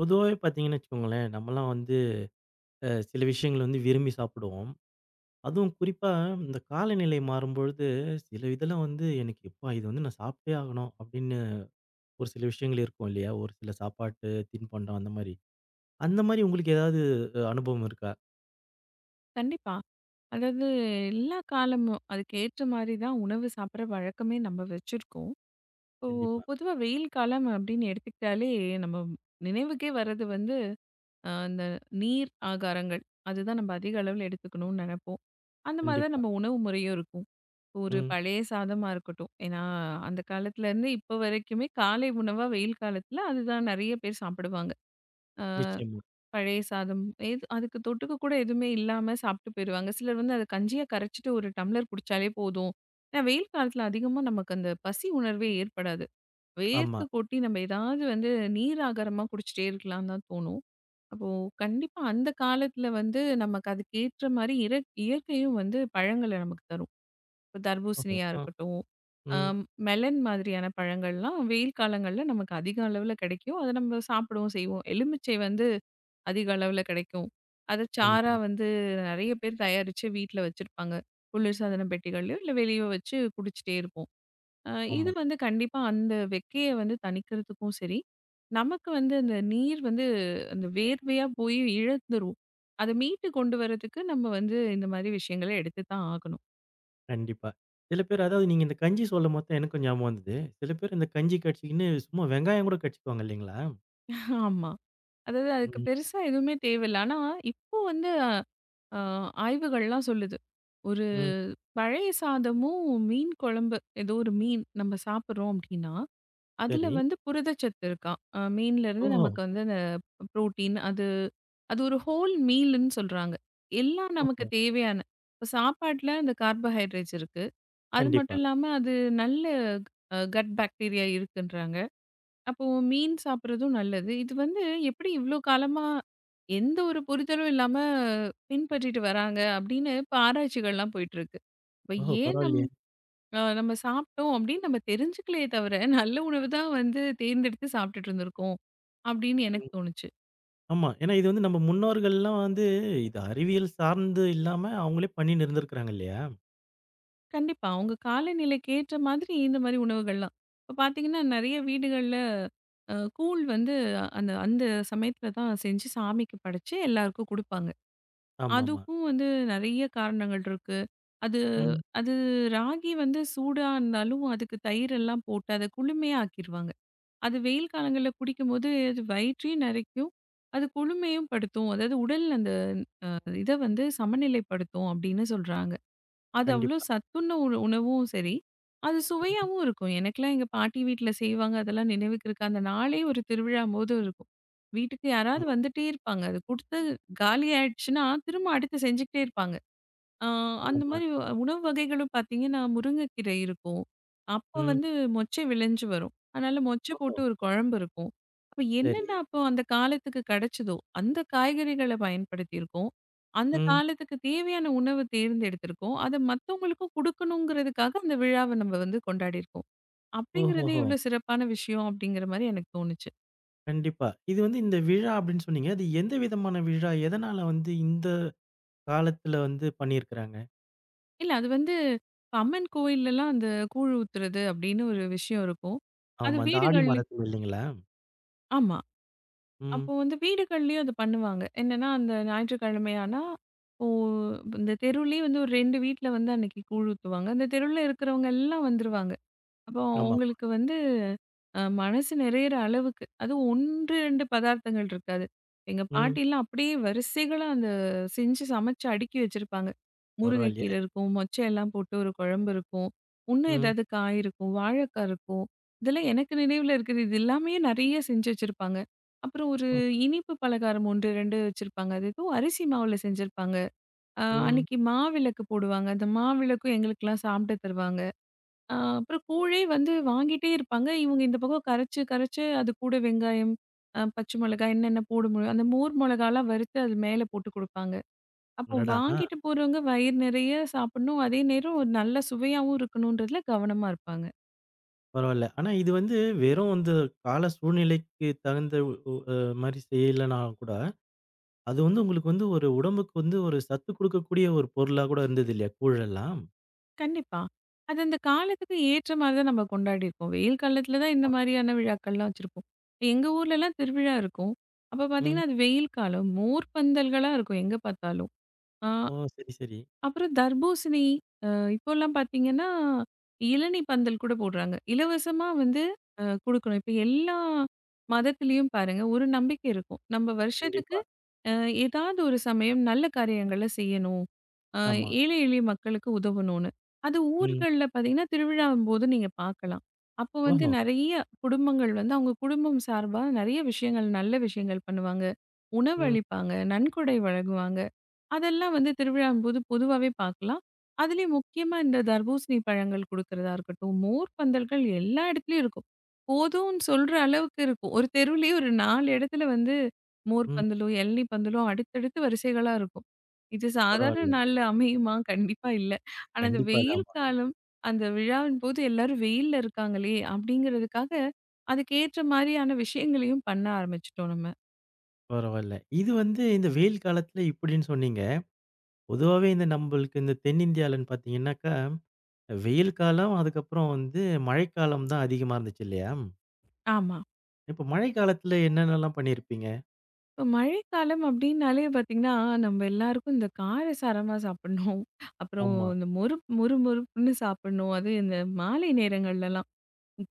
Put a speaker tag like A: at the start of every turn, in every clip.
A: பொதுவாவே பார்த்தீங்கன்னு வச்சுக்கோங்களேன், நம்மலாம் வந்து சில விஷயங்கள் வந்து விரும்பி சாப்பிடுவோம். அதுவும் குறிப்பா இந்த காலநிலை மாறும்பொழுது, சில இதெல்லாம் வந்து எனக்கு எப்பா! இது வந்து நான் சாப்பிட்டே ஆகணும் அப்படின்னு ஒரு சில விஷயங்கள் இருக்கும் இல்லையா? ஒரு சில சாப்பாட்டு தின்பண்டம் அந்த மாரி. அந்த மாரி உங்களுக்கு ஏதாவது அனுபவம் இருக்கா?
B: கண்டிப்பா. அதாவது எல்லா காலமும் அதுக்கேற்ற மாரி தான் உணவு சாப்பிடுற வழக்கமே நம்ம வச்சிருக்கோம். இப்போ
A: கண்டிப்பா,
B: பொதுவா வெயில் காலம் அப்படின்னு எடுத்துக்கிட்டாலே நம்ம நினைவுக்கே வர்றது வந்து அந்த நீர் ஆகாரங்கள். அதுதான் நம்ம அதிக அளவுல எடுத்துக்கணும்னு நெனைப்போம். அந்த மாதிரி தான்
A: கண்டிப்பா.
B: நம்ம உணவு முறையும் இருக்கும். ஒரு
A: ம்.
B: பழைய சாதமா இருக்கட்டும். ஏன்னா அந்த காலத்துலேருந்து இப்போ வரைக்குமே காலை உணவா வெயில் காலத்துல அதுதான் நெறைய பேர் சாப்பிடுவாங்க.
A: நிச்சயமா.
B: பழைய சாதம். எது அதுக்கு தொட்டுக்க கூட எதுவுமே இல்லாம சாப்பிட்டு போயிருவாங்க. சிலர் வந்து அத கஞ்சியா கரைச்சுட்டு ஒரு டம்ளர் குடிச்சாலே போதும். ஏன்னா வெயில் காலத்துல அதிகமா நமக்கு அந்த பசி உணர்வே ஏற்படாது.
A: ஆமா.
B: வேர்த்து கொட்டி நம்ம ஏதாவது வந்து நீர் ஆகாரமா குடிச்சிட்டே இருக்கலாம்னு தான் தோணும். அப்போ கண்டிப்பா அந்த காலத்துல வந்து நமக்கு அதுக்கேற்ற மாரி இயற்கையும் வந்து பழங்கள நமக்கு தரும். இப்ப
A: ஓஹோ!
B: தர்பூசணியா
A: ஆ.
B: இருக்கட்டும்,
A: ம்.
B: அம் மெலன் மாதிரியான பழங்கள்லாம் வெயில் காலங்கள்ல நமக்கு அதிக அளவுல கிடைக்கும். அத நம்ம சாப்பிடவும் செய்வோம். எலுமிச்சை வந்து அதிக அளவுல கிடைக்கும். அத சாறா
A: ஆமாமா.
B: வந்து நெறைய பேர் தயாரிச்சு வீட்ல வச்சிருப்பாங்க. குளிர்சாதன பெட்டிகள்லயோ, இல்ல வெளியவோ வச்சு குடிச்சிட்டே இருப்போம். அ இது
A: ஆமா. ஆமா.
B: வந்து கண்டிப்பா அந்த வெக்கைய வந்து தணிக்கிறதுக்கும் சரி, நமக்கு வந்து அந்த நீர் வந்து அந்த வேர்வையா போய் இழந்துரும். அத மீட்டு கொண்டு வரதுக்கு நம்ம வந்து இந்த மாரி விஷயங்கள எடுத்து தான் ஆகணும்.
A: கண்டிப்பா. சில பேர் அதாவது நீங்க இந்த கஞ்சி சொல்லும்போது தான் எனக்கும் ஞாபகம் வந்தது. சில பேர் இந்த கஞ்சி கடிச்சுக்கின்னு சும்மா வெங்காயம் கூட கடிச்சுக்குவாங்க இல்லைங்களா?
B: ஆமா. அதாவது அதுக்கு பெருசா எதுவுமே தேவையில்ல. ஆனா, இப்போ வந்து அ ஆய்வுகள்லாம் சொல்லுது. ஒரு
A: ம்.
B: பழைய சாதமும், மீன் குழம்பு ஏதோ ஒரு மீன் நம்ம சாப்பிடுறோம் அப்படின்னா, அதுல
A: சரி.
B: வந்து புரதச்சத்து இருக்காம். மீன்ல இருந்து
A: ஓஹோ!
B: நமக்கு வந்து அந்த புரோட்டீன் அது அது ஒரு ஹோல் மீல்ன்னு சொல்றாங்க. எல்லாம் நமக்கு
A: ஓஹோ!
B: தேவையான இப்ப சாப்பாட்ல அந்த கார்போஹைட்ரேட்ஸ் இருக்கு. அது
A: கண்டிப்பா.
B: மட்டும் இல்லாம அது நல்ல கட் பாக்டீரியா இருக்குன்றாங்க. அப்போ மீன் சாப்பிடுறதும் நல்லது. இது வந்து எப்படி இவ்ளோ காலமா எந்த ஒரு புரிதலும் இல்லாம பின்பற்றிட்டு வராங்க அப்படின்னு இப்ப ஆராய்ச்சிகள்லாம் போயிட்டுருக்கு. இப்ப
A: ஓஹோ!
B: ஏன் நம்
A: பரவாயில்லையே!
B: அ நம்ம சாப்பிட்டோம் அப்படின்னு நம்ம தெரிஞ்சுக்கலயே தவிர, நல்ல உணவு தான் வந்து தேர்ந்தெடுத்து சாப்பிட்டுட்டு இருந்திருக்கோம் அப்படின்னு எனக்கு
A: ம்.
B: தோணுச்சு.
A: ஆமா. ஏன்னா இது வந்து நம்ம முன்னோர்கள்லாம் வந்து இது அறிவியல் சார்ந்து இல்லாம அவங்களே பண்ணின்னு இருந்திருக்கிறாங்க இல்லையா?
B: கண்டிப்பா உங்க காலநிலைக்கு ஏற்ற மாதிரி இந்த மாரி உணவுகள்லாம். இப்ப பார்த்தீங்கன்னா, நெறைய வீடுகள்ல கூழ் வந்து அந்த அந்த சமயத்துல தான் செஞ்சு சாமிக்கு படைச்சு எல்லாருக்கும் குடுப்பாங்க.
A: ஆமாமா.
B: அதுக்கும் வந்து நெறைய காரணங்கள் இருக்கு. அது
A: ம்.
B: அது ராகி வந்து சூடா இருந்தாலும், அதுக்கு தயிர் எல்லாம் போட்டு அத குளுமையா ஆக்கிருவாங்க. அது வெயில் காலங்கள்ல குடிக்கும்போது, அது வயிற்றையும் நெறைக்கும். அது குளுமையும் படுத்தும். அதாவது உடல் அந்த இத வந்து சமநிலைப்படுத்தும் அப்படின்னு சொல்றாங்க. அது அவ்ளோ
A: கண்டிப்பா.
B: சத்துள்ள ஒரு உணவும் சரி, அது
A: ம்.
B: சுவையாவும் இருக்கும். எனக்கெல்லாம் எங்க பாட்டி வீட்ல செய்வாங்க. அதெல்லாம் நினைவுக்கு இருக்கு. அந்த நாளே ஒரு திருவிழா போது இருக்கும். வீட்டுக்கு யாராவது
A: ஆமா.
B: வந்துட்டே இருப்பாங்க. அது குடுத்து காலி ஆயிடுச்சுன்னா, திரும்ப அடுத்து செஞ்சுக்கிட்டே இருப்பாங்க. ஆ அந்த
A: ஆமாமா.
B: மாரி உணவு வகைகளும் பார்த்தீங்கன்னா, முருங்கைக்கீரை இருக்கும். அப்போ
A: ம்.
B: வந்து மொச்சை விளைஞ்சு வரும். அதனால மொச்சை
A: ஓஹோ!
B: போட்டு ஒரு குழம்பு இருக்கும். அப்ப
A: சரி.
B: என்னென்ன அப்போ அந்த காலத்துக்கு கிடைச்சதோ, அந்த காய்கறிகள பயன்படுத்தியிருக்கோம். அந்த
A: ம்.
B: காலத்துக்கு தேவையான உணவு தேர்ந்தெடுத்திருக்கோம். அத மத்தவங்களுக்கும் குடுக்கணுங்கிறதுக்காக அந்த விழாவ நம்ம வந்து கொண்டாடியிருக்கோம். அப்படிங்கிறதே
A: ஓஹோஹோ!
B: எவ்வளோ சிறப்பான விஷயம் அப்படிங்கிற மாரி எனக்கு தோணுச்சு.
A: கண்டிப்பா. இது வந்து இந்த விழா அப்படின்னு சொன்னீங்க. அது எந்த விதமான விழா? எதனால வந்து இந்த காலத்துல வந்து பண்ணியிருக்கிறாங்க?
B: இல்ல அது வந்து இப்ப அம்மன் கோயில்லலாம் அந்த கூழ் ஊத்துறது அப்படின்னு ஒரு விஷயம் இருக்கும். அது
A: ஆமா. இந்த ஆடி
B: வீடுகள்லயும்
A: மாதத்துல இல்லைங்களா?
B: ஆமா.
A: ம்.
B: அப்போ வந்து வீடுகள்லயும் அது பண்ணுவாங்க. என்னன்னா, அந்த ஞாயிற்றுக்கிழமையானா, இப்போ இந்த தெருவுலயே வந்து ஒரு 2 வீட்ல வந்து அன்னைக்கு கூழ் ஊத்துவாங்க. அந்த தெருவுல இருக்கிறவங்க எல்லாம் வந்துருவாங்க. அப்போ
A: ஆமா.
B: உங்களுக்கு வந்து மனசு நிறையிற அளவுக்கு, அதுவும் 1, 2 பதார்த்தங்கள் இருக்காது. எங்க
A: ம்.
B: பாட்டிலாம் அப்படியே வரிசைகளா அந்த செஞ்சு சமைச்சு அடுக்கி வச்சிருப்பாங்க.
A: பரவாயில்லையே!
B: முருங்கைக்கீரை இருக்கும், மொச்சை எல்லாம் போட்டு ஒரு குழம்பு இருக்கும், இன்னும்
A: ம்.
B: ஏதாவது காய் இருக்கும், வாழைக்காய் இருக்கும். இதெல்லாம் எனக்கு நினைவுல இருக்குது. இது எல்லாமே நிறைய செஞ்சு வச்சிருப்பாங்க. அப்புறம் ஒரு
A: ஓ!
B: இனிப்பு பலகாரம் 1, 2 வச்சிருப்பாங்க. அது ஏதோ அரிசி மாவுல செஞ்சிருப்பாங்க.
A: ம்.
B: அன்னைக்கு மாவிளக்கு போடுவாங்க. அந்த மாவிளக்கும் எங்களுக்கெல்லாம் சாப்பிட தருவாங்க. அப்புறம் கூழே வந்து வாங்கிட்டே இருப்பாங்க. இவங்க இந்த பக்கம் கரைச்சு, அது கூட வெங்காயம், பச்சை மிளகாய் என்னென்ன போட முடியும், அந்த மோர் மிளகாலாம் வறுத்து அது மேல போட்டு குடுப்பாங்க. அப்போ
A: அடடா! ஆ.
B: வாங்கிட்டு போறவங்க வயிறு நிறைய சாப்பிடணும். அதே நேரம் ஒரு நல்ல சுவையாவும் இருக்கணுன்றதுல கவனமா இருப்பாங்க.
A: பரவால்ல. ஆனா இது வந்து வெறும் அந்த கால சூழ்நிலைக்கு தகுந்த ஒ அ மாரி செய்யலனா கூட, அது வந்து உங்களுக்கு வந்து ஒரு உடம்புக்கு வந்து ஒரு சத்து குடுக்கக்கூடிய ஒரு பொருளா கூட இருந்தது இல்லையா? கூழெல்லாம்.
B: கண்டிப்பா. அது அந்த காலத்துக்கு ஏற்ற மாரி தான் நம்ம கொண்டாடியிருப்போம். வெயில் காலத்துல தான் இந்த
A: ஆமா.
B: மாதிரியான விழாக்கள்லாம் வச்சிருப்போம். எங்க ஊர்லலாம் திருவிழா இருக்கும். அப்ப
A: ம்.
B: பார்த்தீங்கன்னா, அது வெயில் காலம். மோர் பந்தல்களா இருக்கும் எங்க பார்த்தாலும். ஆ
A: ஓ! சரி, சரி.
B: அப்புறம் தர்பூசணி, அ இப்போலாம் பார்த்தீங்கன்னா, இளநீ பந்தல் கூட போடுறாங்க. இலவசமா வந்து குடுக்கணும். இப்ப எல்லா மதத்திலயும் பாருங்க, ஒரு நம்பிக்கை இருக்கும். நம்ம வருஷத்துக்கு
A: கண்டிப்பா.
B: அ ஏதாவது ஒரு சமயம் நல்ல காரியங்கள செய்யணும். அ
A: ஆமா.
B: ஏழை எளிய மக்களுக்கு உதவணும்னு. அது
A: ம்.
B: ஊர்கள்ல பார்த்தீங்கன்னா, திருவிழாவும்போது நீங்க பார்க்கலாம். அப்போ வந்து
A: ஓஹோ!
B: நெறைய குடும்பங்கள் வந்து அவங்க குடும்பம் சார்பா நெறைய விஷயங்கள், நல்ல விஷயங்கள் பண்ணுவாங்க.
A: ம்,
B: உணவளிப்பாங்க, நன்கொடை வழங்குவாங்க. அதெல்லாம் வந்து திருவிழாம்போது பொதுவாவே பார்க்கலாம். அதுலயும் முக்கியமா இந்த தர்பூசணி பழங்கள் குடுக்கிறதா இருக்கட்டும், மோர் பந்தல்கள் எல்லா இடத்துலயும் இருக்கும். போதும்ன்னு சொல்ற அளவுக்கு இருக்கும். ஒரு தெருவுலயே ஒரு 4 இடத்துல வந்து மோர்
A: ம்.
B: பந்தலோ, இளநீ பந்தலோ அடுத்தடுத்து வரிசைகளா இருக்கும். இது சாதாரண
A: பரவால்ல.
B: நாள்ல அமையுமா? கண்டிப்பா இல்ல. ஆனா அந்த
A: கண்டிப்பா. இல்ல,
B: வெயில்
A: ஆமா.
B: காலம், அந்த விழாவின் போது எல்லாரும் வெயில்ல இருக்காங்களே! அப்படிங்கிறதுக்காக அதுக்கேற்ற மாரியான விஷயங்களையும் பண்ண ஆரம்பிச்சுட்டோம் நம்ம.
A: பரவால்ல. இது வந்து இந்த வெயில் காலத்துல இப்படின்னு சொன்னீங்க. பொதுவாவே இந்த நம்பளுக்கு இந்த தென்னிந்தியாலன்னு பார்த்தீங்கன்னாக்கா, வெயில் காலம், அதுக்கப்புறம் வந்து மழைக்காலம் தான் அதிகமா இருந்துச்சு இல்லையா?
B: ஆமா.
A: இப்ப மழைக்காலத்துல என்னென்னலாம் பண்ணியிருப்பீங்க?
B: இப்போ மழைக்காலம் அப்படின்னாலே பார்த்தீங்கன்னா, நம்ம எல்லாருக்கும் இந்த காரசாரமா சாப்பிடணும். அப்புறம்
A: ஆமா.
B: இந்த மொறு மொறு மொறுப்புன்னு சாப்பிடணும். அது இந்த மாலை நேரங்கள்லலாம்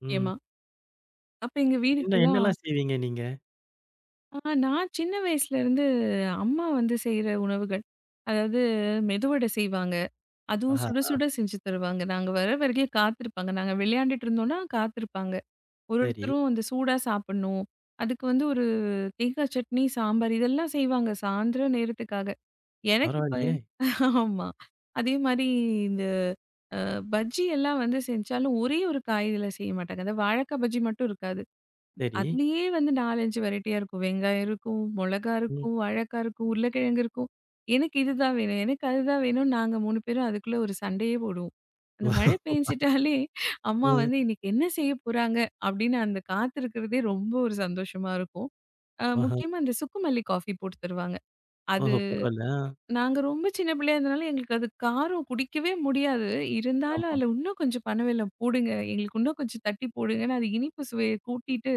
A: ம்.
B: அப்ப எங்க
A: என்ன
B: வீடுகள்லாம்
A: என்னலாம் செய்வீங்க நீங்க?
B: ஆ நான் சின்ன வயசுலேருந்து அம்மா வந்து செய்ற உணவுகள். அதாவது மெதுவடை செய்வாங்க. அதுவும்
A: ஆஹா!
B: சுட சுட செஞ்சு தருவாங்க. நாங்க வர வரைக்கும் காத்திருப்பாங்க. நாங்க விளையாண்டுட்டு இருந்தோம்னா காத்திருப்பாங்க.
A: சரி.
B: ஒருத்தரும் அந்த சூடா சாப்பிடணும். அதுக்கு வந்து ஒரு தேங்காய் சட்னி, சாம்பார் இதெல்லாம் செய்வாங்க சாயந்தரம் நேரத்துக்காக. எனக்கு இப்ப
A: பரவாயில்லையே!
B: ஆமா. அதே மாரி இந்த அ பஜ்ஜி எல்லாம் வந்து செஞ்சாலும் ஒரே ஒரு காயில செய்ய மாட்டாங்க. அந்த வாழைக்கா பஜ்ஜி மட்டும் இருக்காது.
A: சரி.
B: அதுலயே வந்து 4, 5 வெரைட்டியா இருக்கும். வெங்காயம் இருக்கும், மொளகா
A: ம்.
B: இருக்கும், வாழைக்கா இருக்கும், உருளைக்கிழங்கு இருக்கும். எனக்கு இதுதான் வேணும், எனக்கு அதுதான் வேணும்னு நாங்க 3 பேரும் அதுக்குள்ள ஒரு சண்டையே போடுவோம். அந்த மழை பெஞ்சிட்டாலே அம்மா
A: ம்.
B: வந்து இன்னைக்கு என்ன செய்ய போறாங்க அப்படின்னு அந்த காத்திருக்கிறதே ரொம்ப ஒரு சந்தோஷமா இருக்கும்.
A: ஆஹா.
B: முக்கியமா இந்த சுக்குமல்லி காஃபி போட்டு தருவாங்க. அது
A: ஓஹோ! பரவால்ல. ஆ.
B: நாங்க ரொம்ப சின்ன பிள்ளையா இருந்தனால எங்களுக்கு அது காரம் குடிக்கவே முடியாது. இருந்தாலும்
A: ஆமா.
B: அதுல இன்னும் கொஞ்சம் பனவெல்லம் போடுங்க. எங்களுக்கு இன்னும் கொஞ்சம் தட்டி போடுங்கன்னு அது இனிப்பு சுவைய கூட்டிட்டு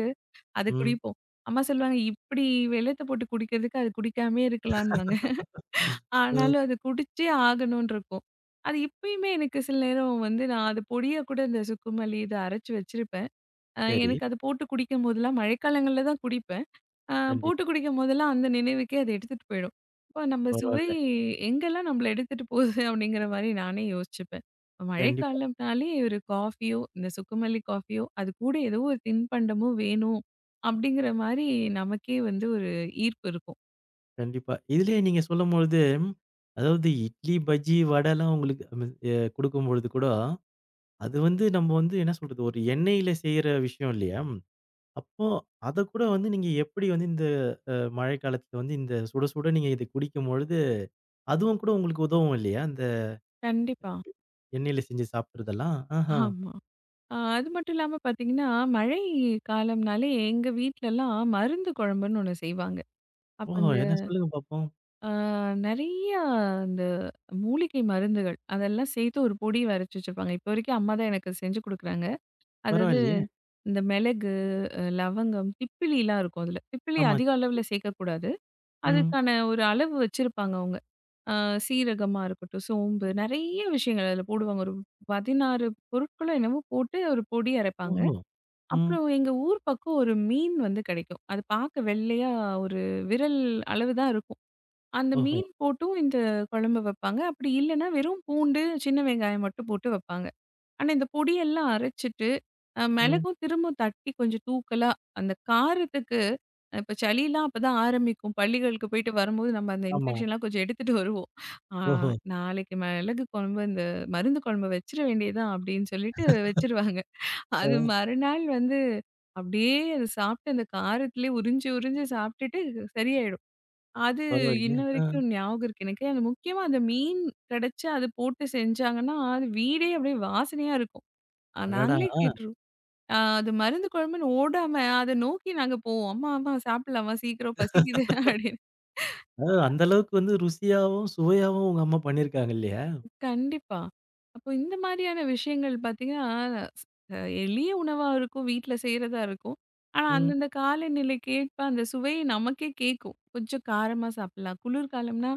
B: அத
A: ம்.
B: குடிப்போம். அம்மா சொல்லுவாங்க, "இப்படி வெல்லத்த போட்டு குடிக்கிறதுக்கு அது குடிக்காமயே இருக்கலான்னுவாங்க."
A: ம்.
B: ஆனாலும் அது குடிச்சே ஆகணும்னு இருக்கும். அது இப்பயுமே எனக்கு சில நேரம் வந்து நான் அது பொடியா கூட இந்த சுக்குமல்லி இத அரைச்சு வச்சிருப்பேன்.
A: சரி.
B: எனக்கு அது போட்டு குடிக்கும்போதெல்லாம் மழைக்காலங்கள்ல தான் குடிப்பேன். ஆ
A: கண்டிப்பா.
B: போட்டு குடிக்கும் போதெல்லாம் அந்த நினைவுக்கே அது எடுத்துட்டு போயிடும். அப்ப நம்ம சுவை
A: பரவால்ல.
B: எங்கெல்லாம் நம்மள எடுத்துட்டு போகுது அப்படிங்கிற மாரி நானே யோசிச்சுப்பேன். இப்ப
A: கண்டிப்பா,
B: மழைக்காலம்னாலே ஒரு காஃபியோ, இந்த சுக்குமல்லி காஃபியோ, அது கூட ஏதோ ஒரு தின்பண்டமோ வேணும் அப்படிங்கிற மாரி நமக்கே வந்து ஒரு ஈர்ப்பு இருக்கும்.
A: கண்டிப்பா. இதுலயே நீங்க சொல்லும்பொழுது, அதாவது இட்லி, பஜ்ஜி, வடைலாம் உங்களுக்கு குடுக்கும்பொழுது கூட, அது வந்து நம்ம வந்து என்ன சொல்றது, ஒரு எண்ணெயில செய்ற விஷயம் இல்லையா? அப்போ அத கூட வந்து நீங்க எப்படி வந்து இந்த மழைக்காலத்துல வந்து இந்த சுட சுட நீங்க இத குடிக்கும்பொழுது அதுவும் கூட உங்களுக்கு உதவும் இல்லையா? அந்த
B: கண்டிப்பா.
A: எண்ணெயில செஞ்சு சாப்பிடுறதெல்லாம்? ஆஹா.
B: ஆமா. அது மட்டும் இல்லாம பார்த்தீங்கன்னா, மழை காலம்னாலே எங்க வீட்லலாம் மருந்து குழம்புன்னு ஒண்ணு செய்வாங்க. அப்ப
A: ஓஹோ! என்ன சொல்லுங்க பாப்போம்.
B: ஆ நெறைய அந்த மூலிகை மருந்துகள், அதெல்லாம் சேர்த்து ஒரு பொடி அரைச்சு வச்சிருப்பாங்க. இப்போ வரைக்கும் அம்மா தான் எனக்கு செஞ்சு குடுக்குறாங்க. அதாவது
A: பரவாயில்லையே!
B: இந்த மிளகு, லவங்கம், திப்பிலிலாம் இருக்கும் அதுல. திப்பிலி
A: ஆமா.
B: அதிக அளவுல சேர்க்கக்கூடாது.
A: ம்.
B: அதுக்கான ஒரு அளவு வச்சிருப்பாங்க அவங்க. அ சீரகமா இருக்கட்டும், சோம்பு நெறைய விஷயங்கள் அதுல போடுவாங்க. ஒரு 16 பொருட்களோ என்னமோ போட்டு ஒரு பொடி அரைப்பாங்க.
A: ஓஹோ! ம்.
B: அப்புறம் எங்க ஊர் பக்கம் ஒரு மீன் வந்து கிடைக்கும். அது பார்க்க வெள்ளையா ஒரு விரல் அளவு தான் இருக்கும். அந்த
A: ஓஹோ!
B: மீன் போட்டும் இந்த குழம்பு வைப்பாங்க. அப்படி இல்லன்னா, வெறும் பூண்டு, சின்ன வெங்காயம் மட்டும் போட்டு வைப்பாங்க. ஆனா, இந்த பொடியெல்லாம் அரைச்சுட்டு,
A: ம்.
B: மிளகும் திரும்ப தட்டி கொஞ்சம் தூக்கலா அந்த காரத்துக்கு இப்ப சளிலாம் அப்பதான் ஆரம்பிக்கும். பள்ளிகளுக்கு போயிட்டு வரும்போது நம்ம அந்த
A: ஆமா.
B: இன்ஃபெக்ஷன்லாம் கொஞ்சம் எடுத்துட்டு வருவோம். ஆ
A: ஓஹோ!
B: நாளைக்கு மிளகு குழம்பு இந்த மருந்து குழம்பு வச்சிட வேண்டியதுதான் அப்படின்னு சொல்லிட்டு வச்சுருவாங்க.
A: ஆ.
B: அது மறுநாள் வந்து அப்படியே அத சாப்பிட்டு அந்த காரத்திலேயே உறிஞ்சு உறிஞ்சு சாப்பிட்டுட்டு சரியாயிடும். அது
A: பரவாயில்லையே!
B: இன்ன
A: ஆ.
B: வரைக்கும் ஞாபகம் இருக்கு எனக்கு. அது முக்கியமா அந்த மீன் கிடைச்சு அது போட்டு செஞ்சாங்கன்னா, அது வீடே அப்படியே வாசனையா இருக்கும்.
A: அடடா!
B: நாங்களே கேட்டுருவோம். அது மருந்து குழம்புன்னு ஓடாம அத நோக்கி நாங்க போவோம். "அம்மா, அம்மா சாப்பிடலாமா? சீக்கிரம் பசிக்குது" அப்படின்னு.
A: அந்த அளவுக்கு வந்து ருசியாவும், சுவையாவும் உங்க அம்மா பண்ணியிருக்காங்க இல்லையா?
B: கண்டிப்பா. அப்போ இந்த மாதிரியான விஷயங்கள் பார்த்தீங்கன்னா, ஸ் அ எளிய உணவா இருக்கும், வீட்ல செய்றதா இருக்கும். ஆனா,
A: ம்.
B: அந்தந்த காலநிலைக்கேற்ப அந்த சுவை நமக்கே கேட்கும். கொஞ்சம் காரமா சாப்பிடலாம். குளிர்காலம்னா,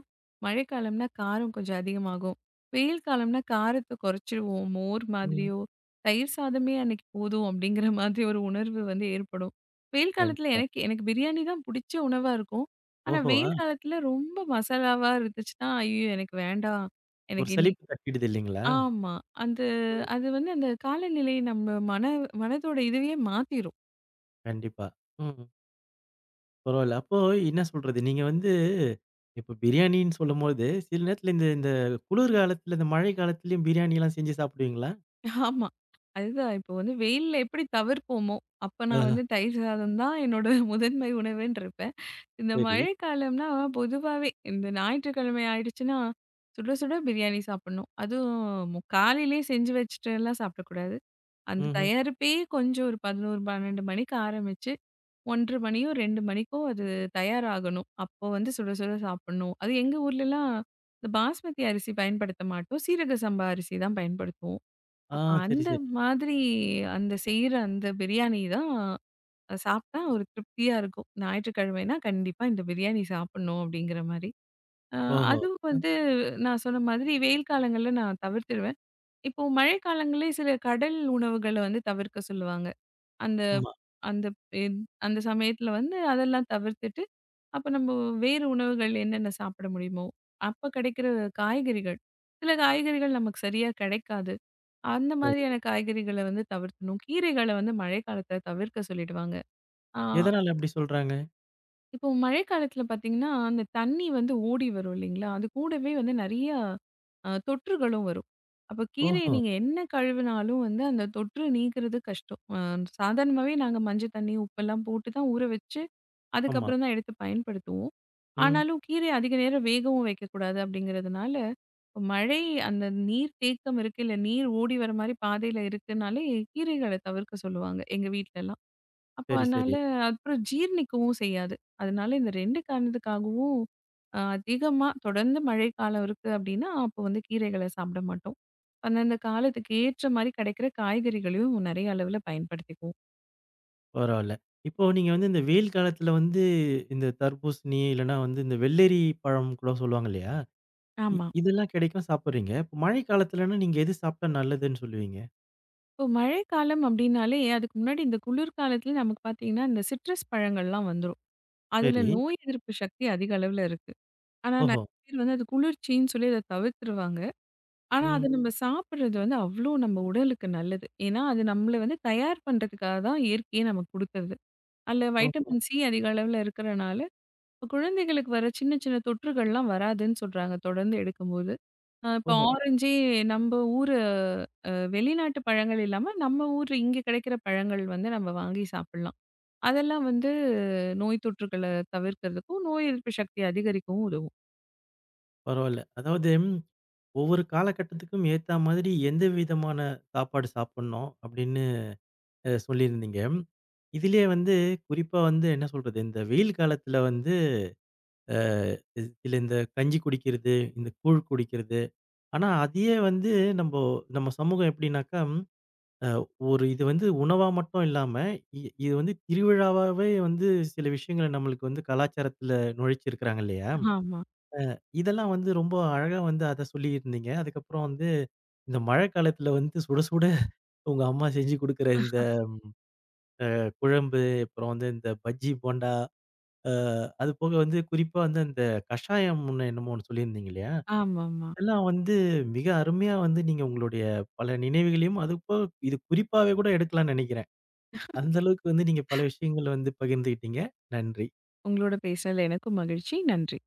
B: மழைக்காலம்னா காரம் கொஞ்சம் அதிகமாகும். வெயில் காலம்னா காரத்த குறைச்சிருவோம். மோர்
A: ம்.
B: மாதிரியோ, தயிர் சாதமே அன்னைக்கு போதும் அப்படிங்கிற மாதிரி ஒரு உணர்வு வந்து ஏற்படும். வெயில் காலத்துல
A: கண்டிப்பா.
B: எனக்கு எனக்கு பிரியாணி தான் பிடிச்ச உணவா இருக்கும். ஆனா,
A: ஓஹோ! ஆ.
B: வெயில் காலத்துல ரொம்ப மசாலாவா இருந்துச்சுன்னா, ஐயோ! எனக்கு வேண்டாம்.
A: ஒரு
B: எனக்கு இன்னி
A: சலிப்பு தட்டிடுது இல்லைங்களா?
B: ஆமா. அந்த
A: ம்.
B: அது வந்து அந்த காலநிலை நம்ம மன மனதோட இதுவே மாத்திரும்.
A: கண்டிப்பா. ம். பரவாயில்ல. அப்போ என்ன சொல்றது? நீங்க வந்து இப்ப பிரியாணின்னு சொல்லும்போது, சில நேரத்துல இந்த இந்த குளிர் காலத்துல, இந்த மழை காலத்துலயும் பிரியாணிலாம் செஞ்சு சாப்பிடுவீங்களா?
B: ஆமா. அதுதான் இப்போ வந்து வெயில்ல எப்படி தவிர்ப்போமோ, அப்ப நான்
A: ஆஹா,
B: வந்து தயிர் சாதம் தான் என்னோட முதன்மை உணவுன்ருப்பேன். இந்த
A: சரி.
B: மழைக்காலம்னா பொதுவாவே இந்த ஞாயிற்றுக்கிழமை ஆயிடுச்சுன்னா, சுட சுட பிரியாணி சாப்பிடணும். அதுவும் காலையிலேயே செஞ்சு வச்சுட்டுலாம் சாப்பிடக்கூடாது. அந்த
A: ம்ஹ்ம்.
B: தயாரிப்பே கொஞ்சம் ஒரு 11, 12 மணிக்கு ஆரம்பிச்சு 1:30 மணியோ, 2:00 மணிக்கோ அது தயாராகணும். அப்போ வந்து சுட சுட சாப்பிடணும். அது எங்க ஊர்லலாம் இந்த பாஸ்மதி அரிசி பயன்படுத்த மாட்டோம். சீரக சம்பா அரிசி தான் பயன்படுத்துவோம்.
A: ஆ,
B: அப்ப
A: சரி,
B: அந்த
A: சரி.
B: மாதிரி அந்த செய்ற அந்த பிரியாணி தான் சாப்பிட்டா ஒரு திருப்தியா இருக்கும். ஞாயிற்றுக்கிழமைனா கண்டிப்பா இந்த பிரியாணி சாப்பிடணும் அப்படிங்கிற மாரி. அ
A: ஓஹோ!
B: அதுவும்
A: ம்.
B: வந்து நான் சொன்ன மாதிரி வெயில் காலங்கள்ல நான் தவிர்த்துருவேன். இப்போ மழை காலங்களே சில கடல் உணவுகள வந்து தவிர்க்க சொல்லுவாங்க. அந்த
A: ஆமா,
B: அந்த என் அந்த சமயத்துல வந்து அதெல்லாம் தவிர்த்துட்டு, அப்ப நம்ம வேறு உணவுகள் என்னென்ன சாப்பிட முடியுமோ, அப்ப கிடைக்கிற காய்கறிகள். சில காய்கறிகள் நமக்கு சரியா கிடைக்காது. அந்த
A: சரி.
B: மாதிரியான காய்கறிகள வந்து தவிர்க்கணும். கீரைகள வந்து மழைக்காலத்துல தவிர்க்க சொல்லிடுவாங்க. ஆ.
A: எதனால அப்படி சொல்றாங்க?
B: இப்போ மழைக்காலத்துல பார்த்தீங்கன்னா, அந்த தண்ணி வந்து ஓடி வரும் இல்லைங்களா? அது கூடவே வந்து நெறைய தொற்றுகளும் வரும். அப்ப கீரைய
A: ஓஹோ!
B: நீங்க என்ன கழுவினாலும் வந்து அந்த தொற்று நீக்குறது கஷ்டம். சாதாரணமாவே நாங்க மஞ்சள் தண்ணி, உப்பெல்லாம் போட்டு தான் ஊற வச்சு,
A: ஆமா.
B: அதுக்கப்புறம் தான் எடுத்து பயன்படுத்துவோம்.
A: ம்.
B: ஆனாலும் கீரைய அதிக நேரம் வேகவும் வைக்கக்கூடாது அப்படிங்கிறதுனால, இப்ப மழை அந்த நீர் தேக்கம் இருக்கு, இல்ல நீர் ஓடி வர மாரி பாதையில இருக்குனாலே, கீரைகள தவிர்க்க சொல்லுவாங்க எங்க வீட்லலாம். அப்போ
A: சரி,
B: அதனால
A: சரி.
B: அப்புறம் ஜீரணிக்கவும் செய்யாது. அதனால இந்த 2 காரணத்துக்காகவும் அதிகமா தொடர்ந்து மழைக்காலம் இருக்கு அப்டின்னா, அப்போ வந்து கீரைகள சாப்பிட மாட்டோம். அந்தந்த காலத்துக்கு ஏற்ற மாரி கிடைக்கிற காய்கறிகளையும் நெறைய அளவுல பயன்படுத்திக்குவோம்.
A: பரவால்ல. இப்போ நீங்க வந்து இந்த வெயில் காலத்துல வந்து இந்த தர்பூசணி, இல்லன்னா வந்து இந்த வெள்ளரி பழம் கூட சொல்லுவாங்க இல்லையா?
B: ஆமா.
A: இதெல்லாம் கிடைக்கும் சாப்பிடுறீங்க. இப்ப மழை காலத்துலன்னா நீங்க எது சாப்பிட்டா நல்லதுன்னு சொல்லுவீங்க?
B: இப்போ மழைக்காலம் அப்டின்னாலே, அதுக்கு முன்னாடி இந்த குளிர்காலத்துல நமக்கு பார்த்தீங்கன்னா, இந்த சிட்ரஸ் பழங்கள்லாம் வந்துரும். அதுல
A: சரி.
B: நோய் எதிர்ப்பு சக்தி அதிக அளவுல இருக்கு. ஆனா
A: ஓஹோ!
B: நெறைய பேர் வந்து அது குளிர்ச்சின்னு சொல்லி அத தவிர்த்துருவாங்க. ஆனா, அது
A: ம்.
B: நம்ம சாப்பிடுறது வந்து அவ்ளோ நம்ம உடலுக்கு நல்லது. ஏன்னா, அது நம்மள வந்து தயார் பண்றதுக்காக தான் இயற்கையே நமக்கு குடுத்தது. அதுல
A: ஓஹோ!
B: வைட்டமின் சி அதிக அளவுல இருக்கிறனால, இப்ப குழந்தைகளுக்கு வர சின்ன சின்ன தொற்றுகள்லாம் வராதுன்னு சொல்றாங்க தொடர்ந்து எடுக்கும்போது. இப்ப
A: ஓஹோ!
B: ஆரஞ்சே நம்ம ஊரு வெளிநாட்டு பழங்கள் இல்லாம, நம்ம ஊர் இங்க கிடைக்கிற பழங்கள் வந்து நம்ம வாங்கி சாப்பிடலாம். அதெல்லாம் வந்து நோய் தொற்றுகள தவிர்க்கிறதுக்கும், நோய் எதிர்ப்பு சக்திய அதிகரிக்கவும் உதவும்.
A: பரவால்ல. அதாவது ஒவ்வொரு காலகட்டத்துக்கும் ஏத்தா மாதிரி எந்த விதமான சாப்பாடு சாப்பிடணும் அப்படின்னு சொல்லியிருந்தீங்க. இதிலேயே வந்து குறிப்பா வந்து என்ன சொல்றது, இந்த வெயில் காலத்துல வந்து அஹ், இதுல இந்த கஞ்சி குடிக்கிறது, இந்த கூழ் குடிக்கிறது. ஆனா அதையே வந்து நம்போ நம்ம சமூகம் எப்படின்னாக்கா, அஹ், ஒரு இது வந்து உணவா மட்டும் இல்லாம, இது வந்து திருவிழாவாவே வந்து சில விஷயங்களை நம்மளுக்கு வந்து கலாச்சாரத்துல நுழைச்சிருக்கிறாங்க இல்லையா?
B: ஆமா,
A: இதெல்லாம் வந்து ரொம்ப அழகா வந்து அத சொல்லியிருந்தீங்க. அதுக்கப்புறம் வந்து இந்த மழை காலத்துல வந்து சுட சுட உங்க அம்மா செஞ்சு குடுக்குற இந்த குழம்பு, அப்புறம் வந்து இந்த பஜ்ஜி, போண்டா, அ அது போக வந்து குறிப்பா வந்து அந்த கஷாயம் ஒண்ணு என்னமோ ஒண்ணு சொல்லியிருந்தீங்க இல்லையா?
B: ஆமாமா.
A: அதெல்லாம் வந்து மிக அருமையா வந்து நீங்க உங்களுடைய பல நினைவுகளையும், அது போக இது குறிப்பாவே கூட எடுக்கலாம்னு நெனைக்கிறேன். அந்த அளவுக்கு வந்து நீங்க பல விஷயங்கள வந்து பகிர்ந்துகிட்டீங்க. நன்றி.
B: உங்களோட பேசுனதுல எனக்கும் மகிழ்ச்சி. நன்றி.